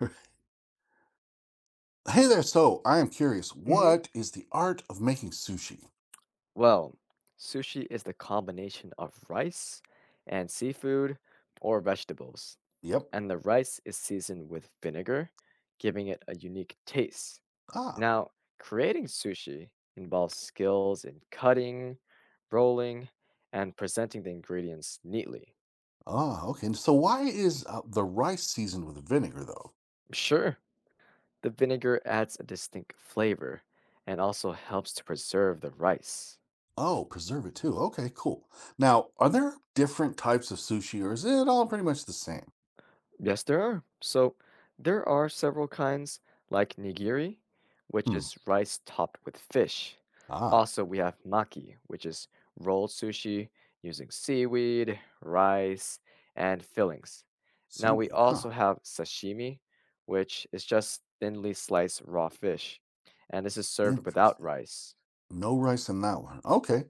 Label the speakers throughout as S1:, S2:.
S1: Hey there, so I am curious.
S2: hmm
S1: What is the art of making sushi?
S2: Well, sushi is the combination of rice and seafood or vegetables,
S1: Yep.
S2: and the rice is seasoned with vinegar, giving it a unique taste.
S1: Ah,
S2: Now, creating sushi involves skills in cutting, rolling, and presenting the ingredients neatly.
S1: ah, okay. So why is the rice seasoned with vinegar though?
S2: Sure, the vinegar adds a distinct flavor and also helps to preserve the rice.
S1: Oh, preserve it too. Okay, cool. Now, are there different types of sushi or is it all pretty much the same?
S2: Yes, there are. So there are several kinds, like nigiri, which
S1: Hmm.
S2: is rice topped with fish.
S1: Ah,
S2: Also, we have maki, which is rolled sushi using seaweed, rice, and fillings. Now, we
S1: seaweed, huh?
S2: also have sashimi, which is just thinly sliced raw fish, and this is served without
S1: Interesting.
S2: rice.
S1: No rice in that one. Okay.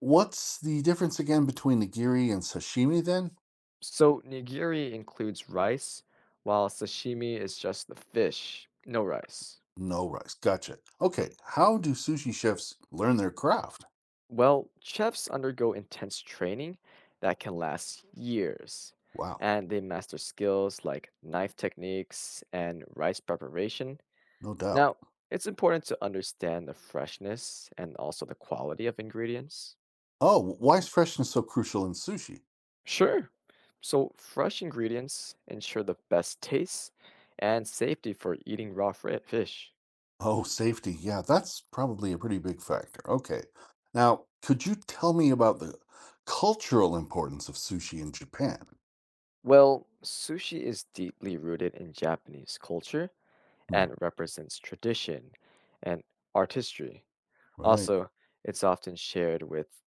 S1: What's the difference again between nigiri and sashimi then?
S2: So, nigiri includes rice, while sashimi is just the fish, no rice.
S1: No rice. Gotcha. Okay. How do sushi chefs learn their craft?
S2: Well, chefs undergo intense training that can last years,
S1: Wow.
S2: and they master skills like knife techniques and rice preparation.
S1: No doubt.
S2: Now, it's important to understand the freshness and also the quality of ingredients.
S1: Oh, why is freshness so crucial in sushi?
S2: Sure. So, fresh ingredients ensure the best taste and safety for eating fish.
S1: Oh, safety. Yeah, that's probably a pretty big factor. Okay. Now, could you tell me about the cultural importance of sushi in Japan?
S2: Well, sushi is deeply rooted in Japanese culture
S1: Hmm.
S2: and represents tradition and artistry.
S1: Right.
S2: Also, it's often shared with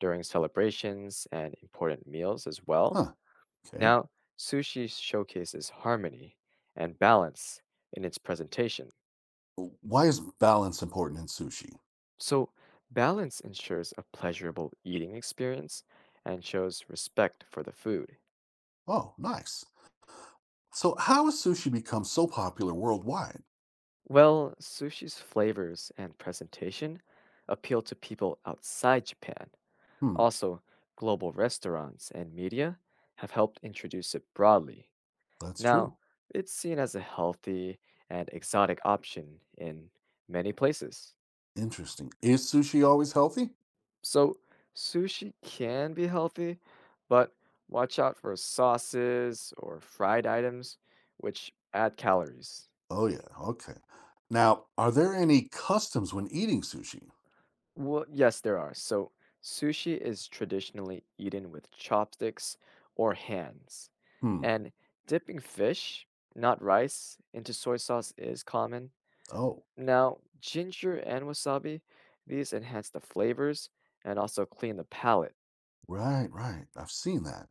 S2: during celebrations and important meals as well.
S1: Huh. Okay.
S2: Now, sushi showcases harmony and balance in its presentation.
S1: Why is balance important in sushi?
S2: So, balance ensures a pleasurable eating experience and shows respect for the food.
S1: Oh, nice. So, how has sushi become so popular worldwide?
S2: Well, sushi's flavors and presentation appeal to people outside Japan.
S1: Hmm.
S2: Also, global restaurants and media have helped introduce it broadly.
S1: That's
S2: Now,
S1: true.
S2: it's seen as a healthy and exotic option in many places.
S1: Interesting. Is sushi always healthy?
S2: So, sushi can be healthy, but watch out for sauces or fried items, which add calories.
S1: Oh, yeah. Okay. Now, are there any customs when eating sushi?
S2: Well, yes, there are. So, sushi is traditionally eaten with chopsticks or hands,
S1: Hmm.
S2: and dipping fish, not rice, into soy sauce is common.
S1: Oh.
S2: Now, ginger and wasabi, these enhance the flavors and also clean the palate.
S1: Right, right. I've seen that.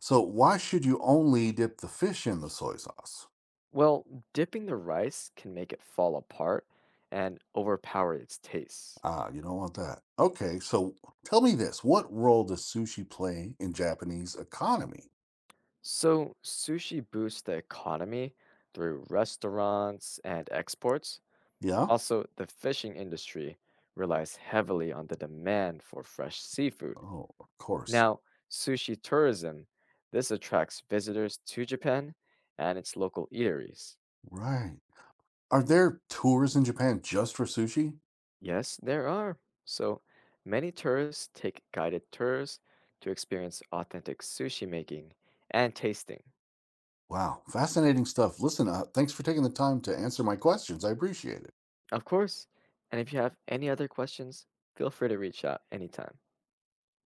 S1: So why should you only dip the fish in the soy sauce?
S2: Well, dipping the rice can make it fall apart and overpower its taste.
S1: Ah, you don't want that. Okay, so tell me this. What role does sushi play in Japanese economy?
S2: So, sushi boosts the economy through restaurants and exports.
S1: Yeah?
S2: Also, the fishing industry relies heavily on the demand for fresh seafood.
S1: Oh, of course.
S2: Now, sushi tourism, this attracts visitors to Japan and its local eateries.
S1: Right. Are there tours in Japan just for sushi?
S2: Yes, there are. So many tourists take guided tours to experience authentic sushi making and tasting.
S1: Wow, fascinating stuff. Listen, thanks for taking the time to answer my questions. I appreciate it.
S2: Of course. And if you have any other questions, feel free to reach out anytime.